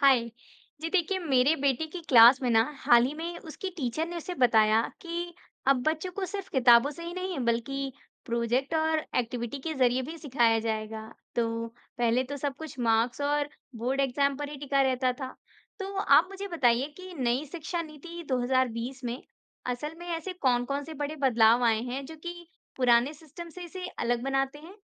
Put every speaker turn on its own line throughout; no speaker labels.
हाय। जी, देखिए मेरे बेटे की क्लास में ना हाल ही में उसकी टीचर ने उसे बताया कि अब बच्चों को सिर्फ किताबों से ही नहीं बल्कि प्रोजेक्ट और एक्टिविटी के जरिए भी सिखाया जाएगा। तो पहले तो सब कुछ मार्क्स और बोर्ड एग्जाम पर ही टिका रहता था। तो आप मुझे बताइए कि नई शिक्षा नीति 2020 में असल में ऐसे कौन-कौन से बड़े बदलाव आए हैं जो कि पुराने सिस्टम से इसे अलग बनाते हैं?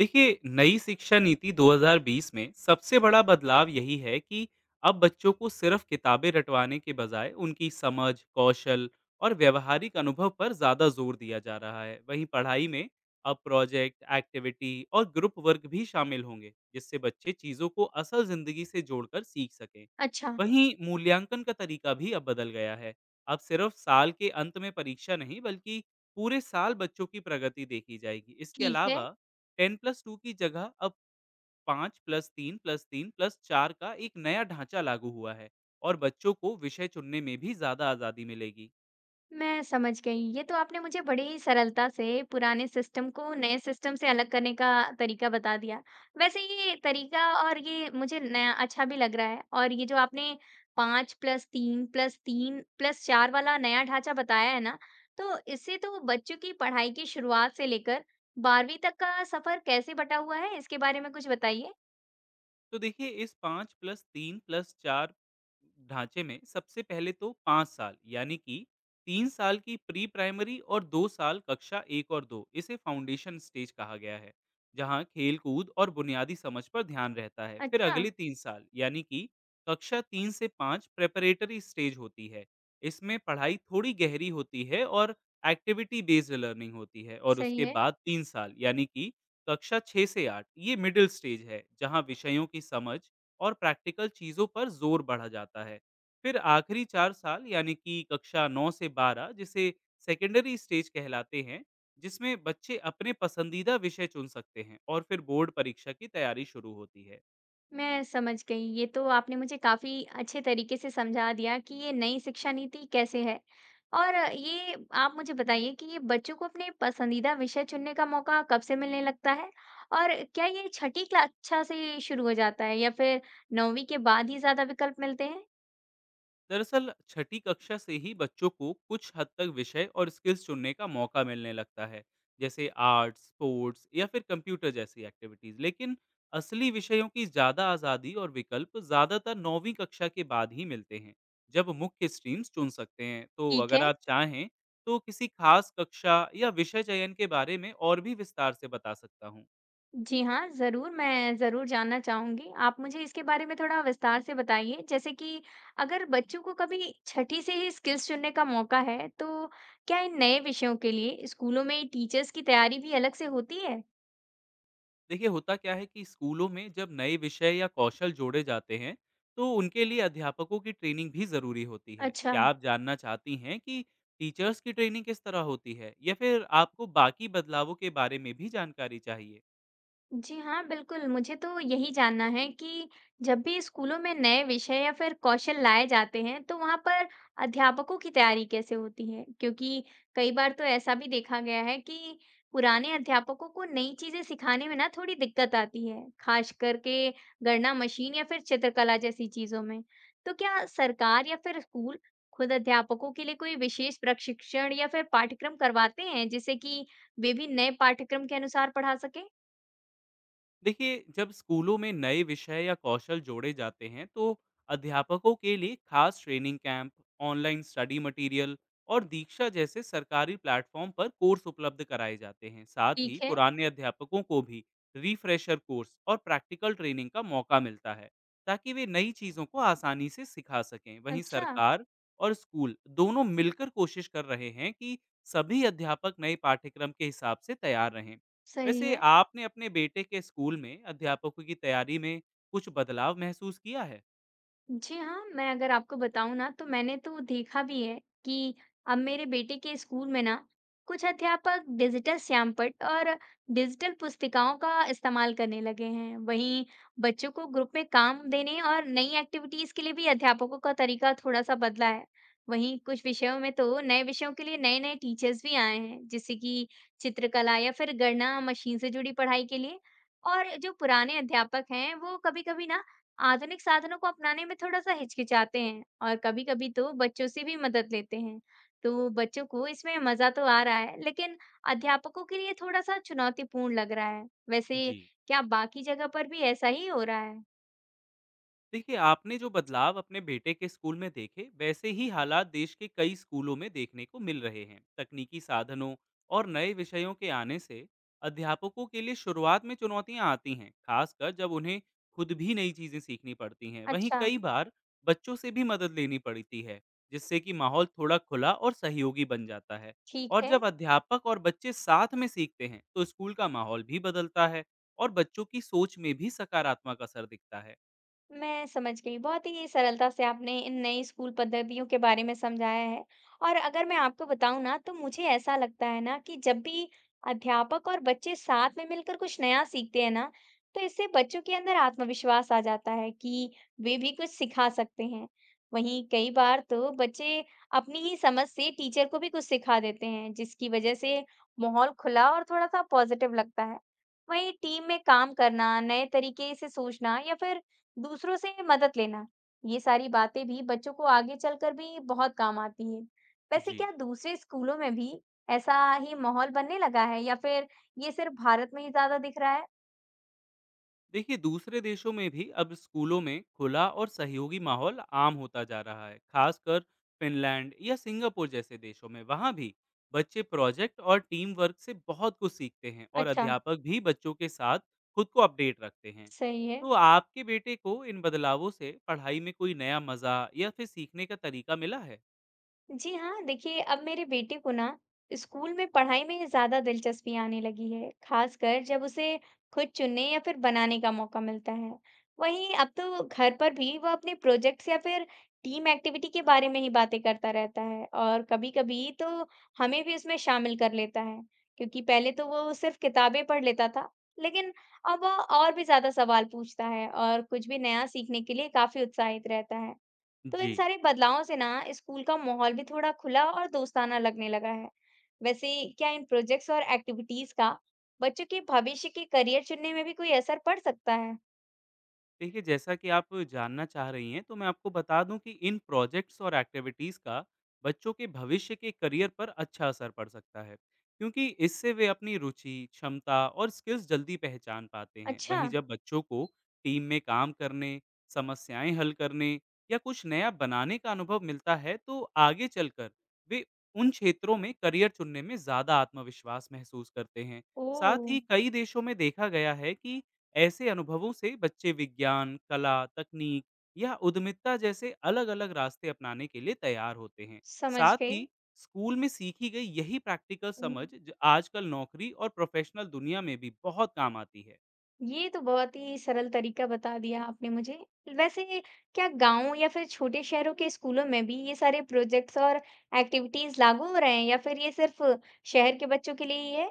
देखिए, नई शिक्षा नीति 2020 में सबसे बड़ा बदलाव यही है कि अब बच्चों को सिर्फ किताबें रटवाने के बजाय उनकी समझ, कौशल और व्यवहारिक अनुभव पर ज़्यादा जोर दिया जा रहा है। वहीं पढ़ाई में अब प्रोजेक्ट, एक्टिविटी और ग्रुप वर्क भी शामिल होंगे, जिससे बच्चे चीज़ों को असल ज़िंदगी से जोड़कर सीख सकें।
अच्छा।
वहीं मूल्यांकन का तरीका भी अब बदल गया है। अब सिर्फ साल के अंत में परीक्षा नहीं, बल्कि पूरे साल बच्चों की प्रगति देखी जाएगी। इसके
ठीक है।
अलावा 10 प्लस 2 की जगह अब 5 प्लस 3 प्लस 3 प्लस 4 का एक नया ढांचा लागू हुआ है, और बच्चों को विषय चुनने में भी ज्यादा आजादी मिलेगी।
मैं समझ गई। ये तो आपने मुझे बड़ी ही सरलता से पुराने सिस्टम को नए सिस्टम से अलग करने का तरीका बता दिया। वैसे ये तरीका और ये मुझे नया अच्छा भी लग रहा है, और ये जो आपने 5 प्लस 3 प्लस 3 प्लस 4 वाला नया ढांचा बताया है ना, तो इससे तो बच्चों की पढ़ाई की शुरुआत से लेकर 12वीं तक का सफ़र कैसे बटा हुआ है, इसके बारे में कुछ बताइए?
तो देखिए, इस 5 प्लस 3 प्लस 4 ढांचे में सबसे पहले तो 5 साल, यानी कि 3 साल की प्री प्राइमरी और 2 साल कक्षा 1 और 2, इसे फाउंडेशन स्टेज कहा गया है, जहां खेल कूद और बुनियादी समझ पर ध्यान रहता है। फिर
अच्छा,
अगले 3 साल, यानी कि कक्षा 3 से 5, प्रेपरेटरी स्टेज होती है। इसमें पढ़ाई थोड़ी गहरी होती है और एक्टिविटी बेस्ड लर्निंग होती है। और
सही
उसके
है।
बाद 3 साल, यानी कि कक्षा 6 से 8, ये मिडिल स्टेज है, जहां विषयों की समझ और प्रैक्टिकल चीजों पर जोर बढ़ा जाता है। फिर आखिरी चार साल, यानी कि कक्षा 9 से 12, जिसे सेकेंडरी स्टेज कहलाते हैं, जिसमें बच्चे अपने पसंदीदा विषय चुन सकते हैं और फिर बोर्ड परीक्षा की तैयारी शुरू होती है।
मैं समझ गई। ये तो आपने मुझे काफ़ी अच्छे तरीके से समझा दिया कि ये नई शिक्षा नीति कैसे है। और ये, आप मुझे बताइए कि ये बच्चों को अपने पसंदीदा विषय चुनने का मौका कब से मिलने लगता है? और क्या ये छठी कक्षा से शुरू हो जाता है या फिर 9वीं के बाद ही ज़्यादा विकल्प मिलते हैं?
दरअसल छठी कक्षा से ही बच्चों को कुछ हद तक विषय और स्किल्स चुनने का मौका मिलने लगता है, जैसे आर्ट्स, स्पोर्ट्स या फिर कंप्यूटर जैसी एक्टिविटीज। लेकिन असली विषयों की ज्यादा आज़ादी और विकल्प ज्यादातर नौवीं कक्षा के बाद ही मिलते हैं, जब मुख्य स्ट्रीम्स चुन सकते हैं। तो
ठीक
अगर
है।
आप चाहें तो किसी खास कक्षा या विषय चयन के बारे में और भी विस्तार से बता सकता हूँ।
जी हाँ, ज़रूर, मैं ज़रूर जानना चाहूँगी। आप मुझे इसके बारे में थोड़ा विस्तार से बताइए, जैसे कि अगर बच्चों को कभी छठी से ही स्किल्स चुनने का मौका है, तो क्या इन नए विषयों के लिए स्कूलों में टीचर्स की तैयारी भी अलग से होती है?
देखिए, होता क्या है कि स्कूलों में जब नए विषय या कौशल जोड़े जाते हैं, तो उनके लिए अध्यापकों की ट्रेनिंग भी ज़रूरी होती है।
अच्छा।
क्या आप जानना चाहती हैं कि टीचर्स की ट्रेनिंग किस तरह होती है, या फिर आपको बाकी बदलावों के बारे में भी जानकारी चाहिए?
जी हाँ, बिल्कुल। मुझे तो यही जानना है कि जब भी स्कूलों में नए विषय या फिर कौशल लाए जाते हैं, तो वहाँ पर अध्यापकों की तैयारी कैसे होती है? क्योंकि कई बार तो ऐसा भी देखा गया है कि पुराने अध्यापकों को नई चीज़ें सिखाने में ना थोड़ी दिक्कत आती है, खास करके गणना मशीन या फिर चित्रकला जैसी चीज़ों में। तो क्या सरकार या फिर स्कूल खुद अध्यापकों के लिए कोई विशेष प्रशिक्षण या फिर पाठ्यक्रम करवाते हैं, जिससे कि वे भी नए पाठ्यक्रम के अनुसार पढ़ा सकें?
देखिए, जब स्कूलों में नए विषय या कौशल जोड़े जाते हैं, तो अध्यापकों के लिए खास training camp, online study material और दीक्षा जैसे सरकारी प्लेटफॉर्म पर कोर्स उपलब्ध कराए जाते हैं। साथ
ठीक
ही
है।
पुराने अध्यापकों को भी रिफ्रेशर कोर्स और प्रैक्टिकल ट्रेनिंग का मौका मिलता है, ताकि वे नई चीज़ों को आसानी से सिखा सकें। वहीं
अच्छा,
सरकार और स्कूल दोनों मिलकर कोशिश कर रहे हैं कि सभी अध्यापक नए पाठ्यक्रम के हिसाब से तैयार रहें।
सही
वैसे
है।
आपने अपने बेटे के स्कूल में अध्यापकों की तैयारी में कुछ बदलाव महसूस किया है?
जी हाँ, मैं अगर आपको बताऊँ ना तो मैंने तो देखा भी है कि अब मेरे बेटे के स्कूल में ना कुछ अध्यापक डिजिटल श्यामपट्ट और डिजिटल पुस्तिकाओं का इस्तेमाल करने लगे हैं। वहीं बच्चों को ग्रुप में काम देने और नई एक्टिविटीज के लिए भी अध्यापकों का तरीका थोड़ा सा बदला है। वहीं कुछ विषयों में तो नए विषयों के लिए नए-नए टीचर्स भी आए हैं, जैसे कि चित्रकला या फिर गणना मशीन से जुड़ी पढ़ाई के लिए। और जो पुराने अध्यापक हैं, वो कभी-कभी ना आधुनिक साधनों को अपनाने में थोड़ा-सा हिचकिचाते हैं, और कभी-कभी तो बच्चों से भी मदद लेते हैं। तो बच्चों को इसमें मज़ा तो आ रहा है, लेकिन अध्यापकों के लिए थोड़ा-सा चुनौतीपूर्ण लग रहा है। वैसे
जी।
क्या बाकी जगह पर भी ऐसा ही हो रहा है?
देखिए, आपने जो बदलाव अपने बेटे के स्कूल में देखे, वैसे ही हालात देश के कई स्कूलों में देखने को मिल रहे हैं। तकनीकी साधनों और नए विषयों के आने से अध्यापकों के लिए शुरुआत में चुनौतियां आती हैं, खासकर जब उन्हें खुद भी नई चीजें सीखनी पड़ती हैं। वहीं
अच्छा,
कई बार बच्चों से भी मदद लेनी पड़ती है, जिससे कि माहौल थोड़ा खुला और सहयोगी बन जाता है।
ठीक
और
है।
जब अध्यापक और बच्चे साथ में सीखते हैं, तो स्कूल का माहौल भी बदलता है और बच्चों की सोच में भी सकारात्मक असर दिखता है।
मैं समझ गई। बहुत ही सरलता से आपने इन नई स्कूल पद्धतियों के बारे में समझाया है। और अगर मैं आपको बताऊँ ना तो मुझे ऐसा लगता है ना कि जब भी अध्यापक और बच्चे साथ में मिलकर कुछ नया सीखते हैं ना, तो इससे बच्चों के अंदर आत्मविश्वास आ जाता है कि वे भी कुछ सिखा सकते हैं। वहीं कई बार तो बच्चे अपनी ही समझ से टीचर को भी कुछ सिखा देते हैं, जिसकी वजह से माहौल खुला और थोड़ा सा पॉजिटिव लगता है। वहीं टीम में काम करना, नए तरीके से सोचना या फिर दूसरों से मदद लेना, ये सारी बातें भी बच्चों को आगे चलकर भी बहुत काम आती है वैसे
जी।
क्या दूसरे स्कूलों में भी ऐसा ही माहौल बनने लगा है, या फिर ये सिर्फ भारत में ही ज्यादा दिख रहा है?
देखिए, दूसरे देशों में भी अब स्कूलों में खुला और सहयोगी माहौल आम होता जा रहा है, खासकर फिनलैंड या सिंगापुर जैसे देशों में। वहाँ भी बच्चे प्रोजेक्ट और टीम वर्क से बहुत कुछ सीखते हैं, और
अच्छा,
अध्यापक भी बच्चों के साथ खुद को अपडेट रखते हैं।
सही है।
तो आपके बेटे को इन बदलावों से पढ़ाई में कोई नया मज़ा या फिर सीखने का तरीका मिला है?
जी हाँ, देखिए अब मेरे बेटे को ना स्कूल में पढ़ाई में ज़्यादा दिलचस्पी आने लगी है, खासकर जब उसे खुद चुनने या फिर बनाने का मौका मिलता है। वहीं अब तो घर पर भी वह अपने प्रोजेक्ट्स या फिर टीम एक्टिविटी के बारे में ही बातें करता रहता है, और कभी-कभी तो हमें भी उसमें शामिल कर लेता है, क्योंकि पहले तो वो सिर्फ किताबें पढ़ लेता था, लेकिन अब वह और भी ज़्यादा सवाल पूछता है और कुछ भी नया सीखने के लिए काफ़ी उत्साहित रहता है। तो
जी।
इन सारे बदलावों से ना स्कूल का माहौल भी थोड़ा खुला और दोस्ताना लगने लगा है। वैसे क्या इन प्रोजेक्ट्स और एक्टिविटीज का बच्चों के भविष्य के करियर चुनने में भी कोई असर पड़ सकता है?
देखिए, जैसा कि आप जानना चाह रही हैं, तो मैं आपको बता दूं कि इन प्रोजेक्ट्स और एक्टिविटीज़ का बच्चों के भविष्य के करियर पर अच्छा असर पड़ सकता है, क्योंकि इससे वे अपनी रुचि, क्षमता और स्किल्स जल्दी पहचान पाते हैं।
अच्छा,
वहीं जब बच्चों को टीम में काम करने, समस्याएं हल करने या कुछ नया बनाने का अनुभव मिलता है, तो आगे चलकर वे उन क्षेत्रों में करियर चुनने में ज़्यादा आत्मविश्वास महसूस करते हैं। साथ ही
ओ,
कई देशों में देखा गया है कि ऐसे अनुभवों से बच्चे विज्ञान, कला, तकनीक या उद्यमिता जैसे अलग-अलग रास्ते अपनाने के लिए तैयार होते हैं।
समझ
साथ
गई।
ही स्कूल में सीखी गई यही प्रैक्टिकल
हम्म।
समझ आजकल नौकरी और प्रोफेशनल दुनिया में भी बहुत काम आती है।
ये तो बहुत ही सरल तरीका बता दिया आपने मुझे। वैसे क्या गांव या फिर छोटे शहरों के स्कूलों में भी ये सारे प्रोजेक्ट्स और एक्टिविटीज लागू हो रहे हैं, या फिर ये सिर्फ शहर के बच्चों के लिए ही है?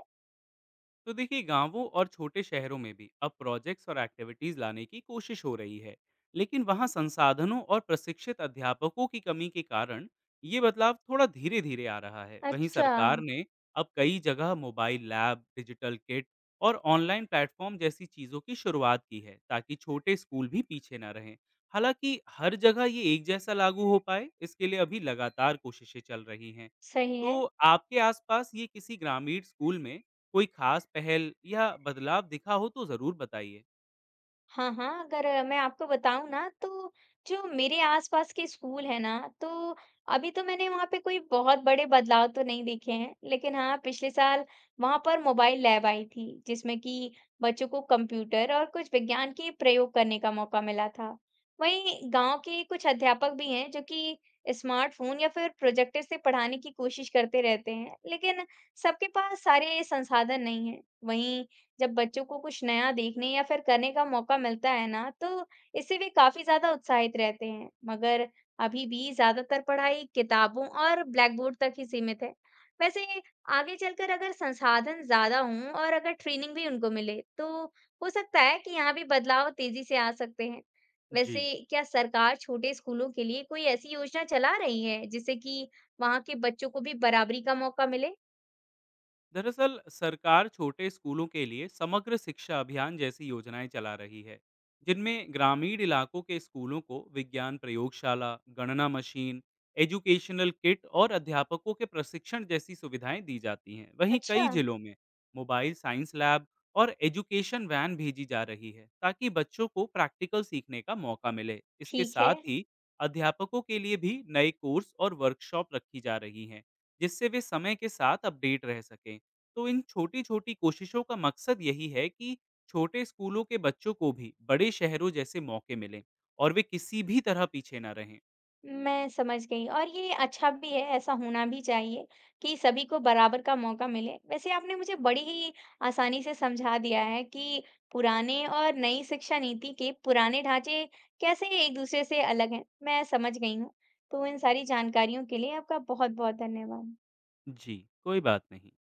तो देखिए, गांवों और छोटे शहरों में भी अब प्रोजेक्ट्स और एक्टिविटीज लाने की कोशिश हो रही है, लेकिन वहां संसाधनों और प्रशिक्षित अध्यापकों की कमी के कारण ये बदलाव थोड़ा धीरे धीरे आ रहा है। वहीं
अच्छा,
सरकार ने अब कई जगह मोबाइल लैब, डिजिटल किट और ऑनलाइन प्लेटफॉर्म जैसी चीज़ों की शुरुआत की है, ताकि छोटे स्कूल भी पीछे न रहें। हालांकि हर जगह ये एक जैसा लागू हो पाए, इसके लिए अभी लगातार कोशिशें चल रही हैं।
सही
तो
है।
आपके आसपास ये किसी ग्रामीण स्कूल में कोई खास पहल या बदलाव दिखा हो, तो ज़रूर बताइए।
हाँ, हाँ, अगर मैं आपको बताऊँ ना, तो जो मेरे आस-पास के स्कूल हैं ना, तो अभी तो मैंने वहाँ पे कोई बहुत बड़े बदलाव तो नहीं देखे हैं। लेकिन हाँ, पिछले साल वहाँ पर मोबाइल लैब आई थी, जिसमें कि बच्चों को कंप्यूटर और कुछ विज्ञान के प्रयोग करने का मौका मिला था। वहीं गाँव के कुछ अध्यापक भी हैं, जो कि स्मार्टफ़ोन या फिर प्रोजेक्टर से पढ़ाने की कोशिश करते रहते हैं, लेकिन सबके पास सारे संसाधन नहीं हैं। वहीं जब बच्चों को कुछ नया देखने या फिर करने का मौका मिलता है ना, तो इससे वे काफ़ी ज़्यादा उत्साहित रहते हैं। मगर अभी भी ज़्यादातर पढ़ाई किताबों और ब्लैकबोर्ड तक ही सीमित है। वैसे आगे चलकर अगर संसाधन ज़्यादा हों और अगर ट्रेनिंग भी उनको मिले, तो हो सकता है कि यहाँ भी बदलाव तेज़ी से आ सकते हैं।
जी।
वैसे क्या सरकार छोटे स्कूलों के लिए कोई ऐसी योजना चला रही है, जिससे कि वहाँ के बच्चों को भी बराबरी का मौका मिले?
दरअसल सरकार छोटे स्कूलों के लिए समग्र शिक्षा अभियान जैसी योजनाएं चला रही है, जिनमें ग्रामीण इलाकों के स्कूलों को विज्ञान प्रयोगशाला, गणना मशीन, एजुकेशनल किट और अध्यापकों के प्रशिक्षण जैसी सुविधाएं दी जाती हैं। वहीं
अच्छा,
कई जिलों में मोबाइल साइंस लैब और एजुकेशन वैन भेजी जा रही है, ताकि बच्चों को प्रैक्टिकल सीखने का मौका मिले। इसके
ठीक है।
साथ ही अध्यापकों के लिए भी नए कोर्स और वर्कशॉप रखी जा रही हैं, जिससे वे समय के साथ अपडेट रह सकें। तो इन छोटी-छोटी कोशिशों का मकसद यही है कि छोटे स्कूलों के बच्चों को भी बड़े शहरों जैसे मौके मिलें और वे किसी भी तरह पीछे ना रहें।
मैं समझ गई, और ये अच्छा भी है, ऐसा होना भी चाहिए कि सभी को बराबर का मौका मिले। वैसे आपने मुझे बड़ी ही आसानी से समझा दिया है कि पुराने और नई शिक्षा नीति के पुराने ढांचे कैसे एक दूसरे से अलग हैं। मैं समझ गई हूँ, तो इन सारी जानकारियों के लिए आपका बहुत बहुत धन्यवाद।
जी, कोई बात नहीं।